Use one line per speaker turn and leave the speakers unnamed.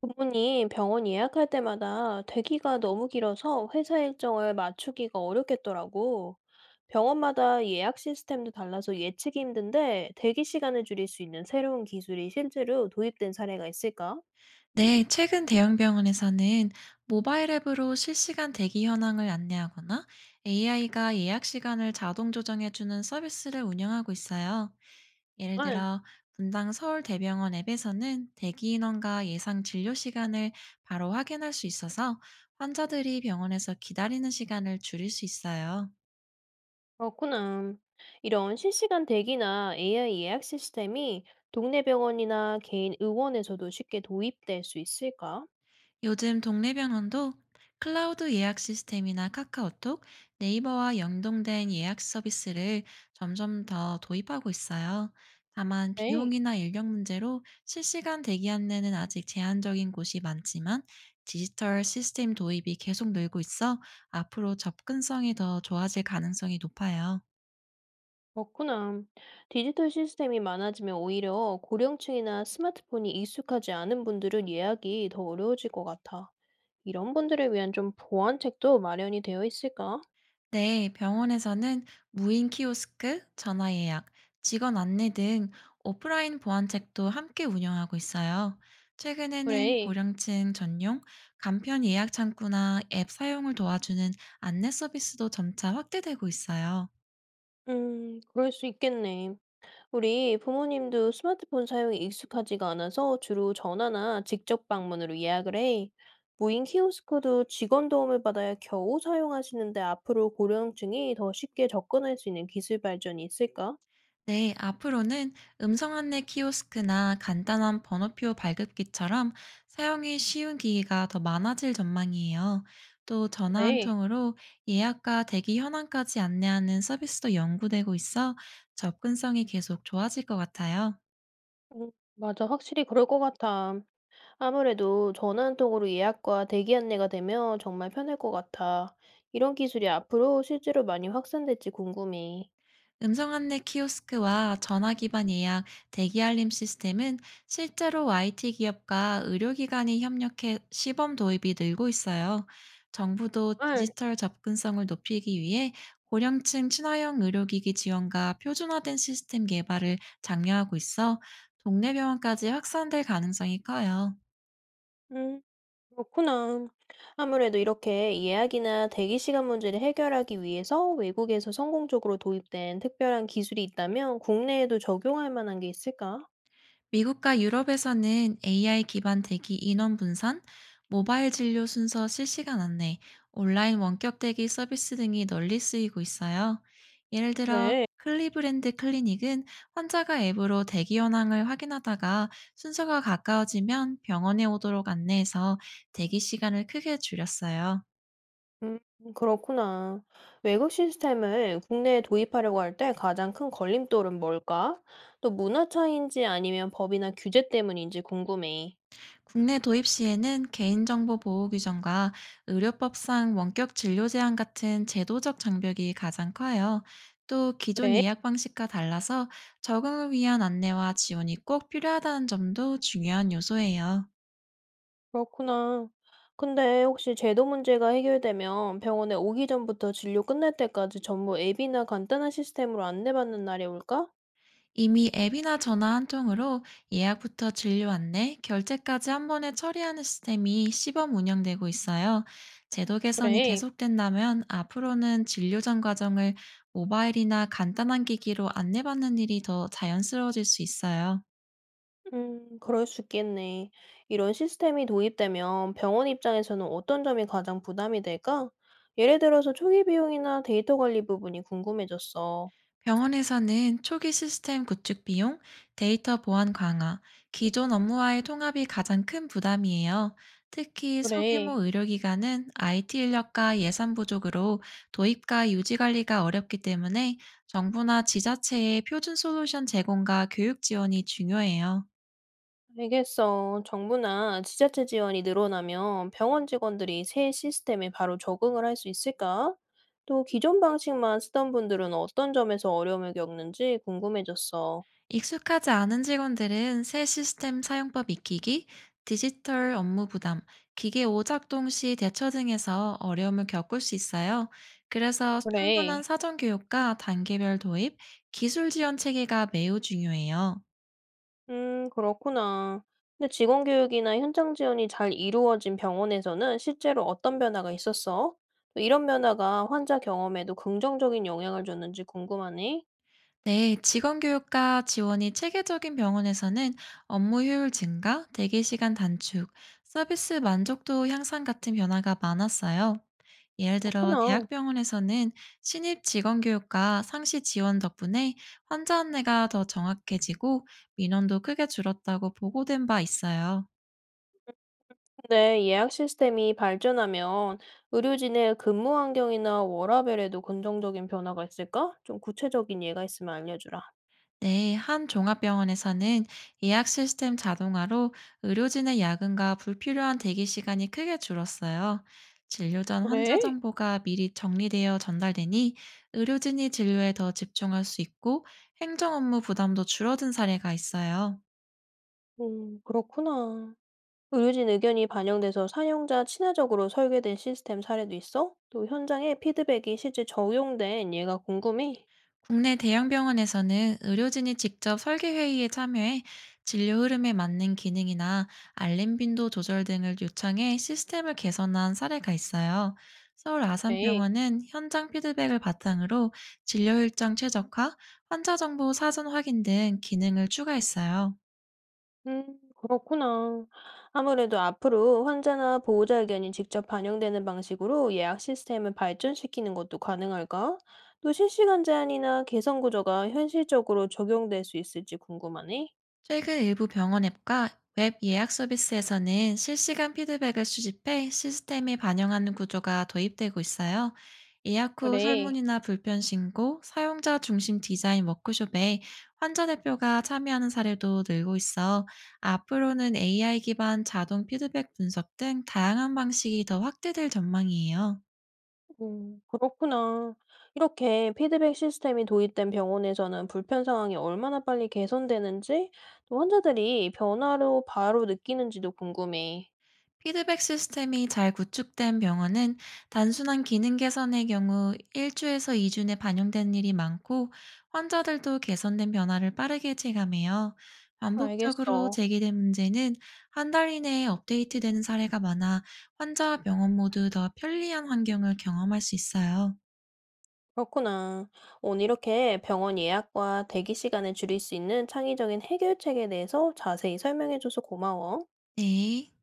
부모님 병원 예약할 때마다 대기가 너무 길어서 회사 일정을 맞추기가 어렵겠더라고. 병원마다 예약 시스템도 달라서 예측이 힘든데 대기 시간을 줄일 수 있는 새로운 기술이 실제로 도입된 사례가 있을까?
네, 최근 대형 병원에서는 모바일 앱으로 실시간 대기 현황을 안내하거나 AI가 예약 시간을 자동 조정해주는 서비스를 운영하고 있어요. 예를
아,
들어, 분당 서울대병원 앱에서는 대기 인원과 예상 진료 시간을 바로 확인할 수 있어서 환자들이 병원에서 기다리는 시간을 줄일 수 있어요.
그렇구나. 이런 실시간 대기나 AI 예약 시스템이 동네 병원이나 개인 의원에서도 쉽게 도입될 수 있을까?
요즘 동네 병원도 클라우드 예약 시스템이나 카카오톡, 네이버와 연동된 예약 서비스를 점점 더 도입하고 있어요. 다만
네.
비용이나 인력 문제로 실시간 대기 안내는 아직 제한적인 곳이 많지만 디지털 시스템 도입이 계속 늘고 있어 앞으로 접근성이 더 좋아질 가능성이 높아요.
그렇구나. 디지털 시스템이 많아지면 오히려 고령층이나 스마트폰이 익숙하지 않은 분들은 예약이 더 어려워질 것 같아. 이런 분들을 위한 좀 보완책도 마련이 되어 있을까?
네, 병원에서는 무인 키오스크, 전화 예약, 직원 안내 등 오프라인 보안책도 함께 운영하고 있어요. 최근에는
그래.
고령층 전용, 간편 예약 창구나 앱 사용을 도와주는 안내 서비스도 점차 확대되고 있어요.
그럴 수 있겠네. 우리 부모님도 스마트폰 사용이 익숙하지가 않아서 주로 전화나 직접 방문으로 예약을 해. 무인 키오스크도 직원 도움을 받아야 겨우 사용하시는데 앞으로 고령층이 더 쉽게 접근할 수 있는 기술 발전이 있을까?
네, 앞으로는 음성 안내 키오스크나 간단한 번호표 발급기처럼 사용이 쉬운 기기가 더 많아질 전망이에요. 또 전화 한
네.
통으로 예약과 대기 현황까지 안내하는 서비스도 연구되고 있어 접근성이 계속 좋아질 것 같아요.
맞아. 확실히 그럴 것 같아. 아무래도 전화한통으로 예약과 대기 안내가 되면 정말 편할 것 같아. 이런 기술이 앞으로 실제로 많이 확산될지 궁금해.
음성 안내 키오스크와 전화 기반 예약, 대기 알림 시스템은 실제로 IT 기업과 의료기관이 협력해 시범 도입이 늘고 있어요. 정부도
헐.
디지털 접근성을 높이기 위해 고령층 친화형 의료기기 지원과 표준화된 시스템 개발을 장려하고 있어 동네 병원까지 확산될 가능성이 커요.
음, 그렇구나. 아무래도 이렇게 예약이나 대기 시간 문제를 해결하기 위해서 외국에서 성공적으로 도입된 특별한 기술이 있다면 국내에도 적용할 만한 게 있을까?
미국과 유럽에서는 AI 기반 대기 인원 분산, 모바일 진료 순서 실시간 안내, 온라인 원격 대기 서비스 등이 널리 쓰이고 있어요. 예를 들어
그래.
클리브랜드 클리닉은 환자가 앱으로 대기 현황을 확인하다가 순서가 가까워지면 병원에 오도록 안내해서 대기 시간을 크게 줄였어요.
음, 그렇구나. 외국 시스템을 국내에 도입하려고 할 때 가장 큰 걸림돌은 뭘까? 또 문화 차이인지 아니면 법이나 규제 때문인지 궁금해.
국내 도입 시에는 개인정보 보호 규정과 의료법상 원격 진료 제한 같은 제도적 장벽이 가장 커요. 또 기존
그래,
예약 방식과 달라서 적응을 위한 안내와 지원이 꼭 필요하다는 점도 중요한 요소예요.
그렇구나. 근데 혹시 제도 문제가 해결되면 병원에 오기 전부터 진료 끝날 때까지 전부 앱이나 간단한 시스템으로 안내받는 날이 올까?
이미 앱이나 전화 한 통으로 예약부터 진료 안내, 결제까지 한 번에 처리하는 시스템이 시범 운영되고 있어요. 제도 개선이
그래.
계속된다면 앞으로는 진료 전 과정을 모바일이나 간단한 기기로 안내받는 일이 더 자연스러워질 수 있어요.
그럴 수 있겠네. 이런 시스템이 도입되면 병원 입장에서는 어떤 점이 가장 부담이 될까? 예를 들어서 초기 비용이나 데이터 관리 부분이 궁금해졌어.
병원에서는 초기 시스템 구축 비용, 데이터 보안 강화, 기존 업무와의 통합이 가장 큰 부담이에요. 특히
그래,
소규모 의료기관은 IT 인력과 예산 부족으로 도입과 유지 관리가 어렵기 때문에 정부나 지자체의 표준 솔루션 제공과 교육 지원이 중요해요.
알겠어. 정부나 지자체 지원이 늘어나면 병원 직원들이 새 시스템에 바로 적응을 할 수 있을까? 또 기존 방식만 쓰던 분들은 어떤 점에서 어려움을 겪는지 궁금해졌어.
익숙하지 않은 직원들은 새 시스템 사용법 익히기, 디지털 업무 부담, 기계 오작동 시 대처 등에서 어려움을 겪을 수 있어요. 그래서 충분한
그래.
사전 교육과 단계별 도입, 기술 지원 체계가 매우 중요해요.
그렇구나. 근데 직원 교육이나 현장 지원이 잘 이루어진 병원에서는 실제로 어떤 변화가 있었어? 또 이런 변화가 환자 경험에도 긍정적인 영향을 줬는지 궁금하네.
네, 직원교육과 지원이 체계적인 병원에서는 업무 효율 증가, 대기 시간 단축, 서비스 만족도 향상 같은 변화가 많았어요. 예를 들어
그렇구나.
대학병원에서는 신입 직원교육과 상시 지원 덕분에 환자 안내가 더 정확해지고 민원도 크게 줄었다고 보고된 바 있어요.
근데 예약 시스템이 발전하면 의료진의 근무 환경이나 워라밸에도 긍정적인 변화가 있을까? 좀 구체적인 예가 있으면 알려주라.
네, 한 종합병원에서는 예약 시스템 자동화로 의료진의 야근과 불필요한 대기 시간이 크게 줄었어요. 진료 전 환자
그래?
정보가 미리 정리되어 전달되니 의료진이 진료에 더 집중할 수 있고 행정 업무 부담도 줄어든 사례가 있어요.
그렇구나. 의료진 의견이 반영돼서 사용자 친화적으로 설계된 시스템 사례도 있어? 또 현장에 피드백이 실제 적용된 예가 궁금해.
국내 대형 병원에서는 의료진이 직접 설계 회의에 참여해 진료 흐름에 맞는 기능이나 알림 빈도 조절 등을 요청해 시스템을 개선한 사례가 있어요. 서울
네.
아산병원은 현장 피드백을 바탕으로 진료 일정 최적화, 환자 정보 사전 확인 등 기능을 추가했어요.
그렇구나. 아무래도 앞으로 환자나 보호자 의견이 직접 반영되는 방식으로 예약 시스템을 발전시키는 것도 가능할까? 또 실시간 제한이나 개선 구조가 현실적으로 적용될 수 있을지 궁금하네.
최근 일부 병원 앱과 웹 예약 서비스에서는 실시간 피드백을 수집해 시스템에 반영하는 구조가 도입되고 있어요. 예약 후
그래.
설문이나 불편 신고, 사용자 중심 디자인 워크숍에 환자 대표가 참여하는 사례도 늘고 있어 앞으로는 AI 기반 자동 피드백 분석 등 다양한 방식이 더 확대될 전망이에요.
그렇구나. 이렇게 피드백 시스템이 도입된 병원에서는 불편 상황이 얼마나 빨리 개선되는지, 또 환자들이 변화로 바로 느끼는지도 궁금해.
피드백 시스템이 잘 구축된 병원은 단순한 기능 개선의 경우 1주에서 2주 내 반영된 일이 많고 환자들도 개선된 변화를 빠르게 체감해요. 반복적으로
알겠어.
제기된 문제는 한 달 이내에 업데이트되는 사례가 많아 환자와 병원 모두 더 편리한 환경을 경험할 수 있어요.
그렇구나. 오늘 이렇게 병원 예약과 대기 시간을 줄일 수 있는 창의적인 해결책에 대해서 자세히 설명해줘서 고마워.
네.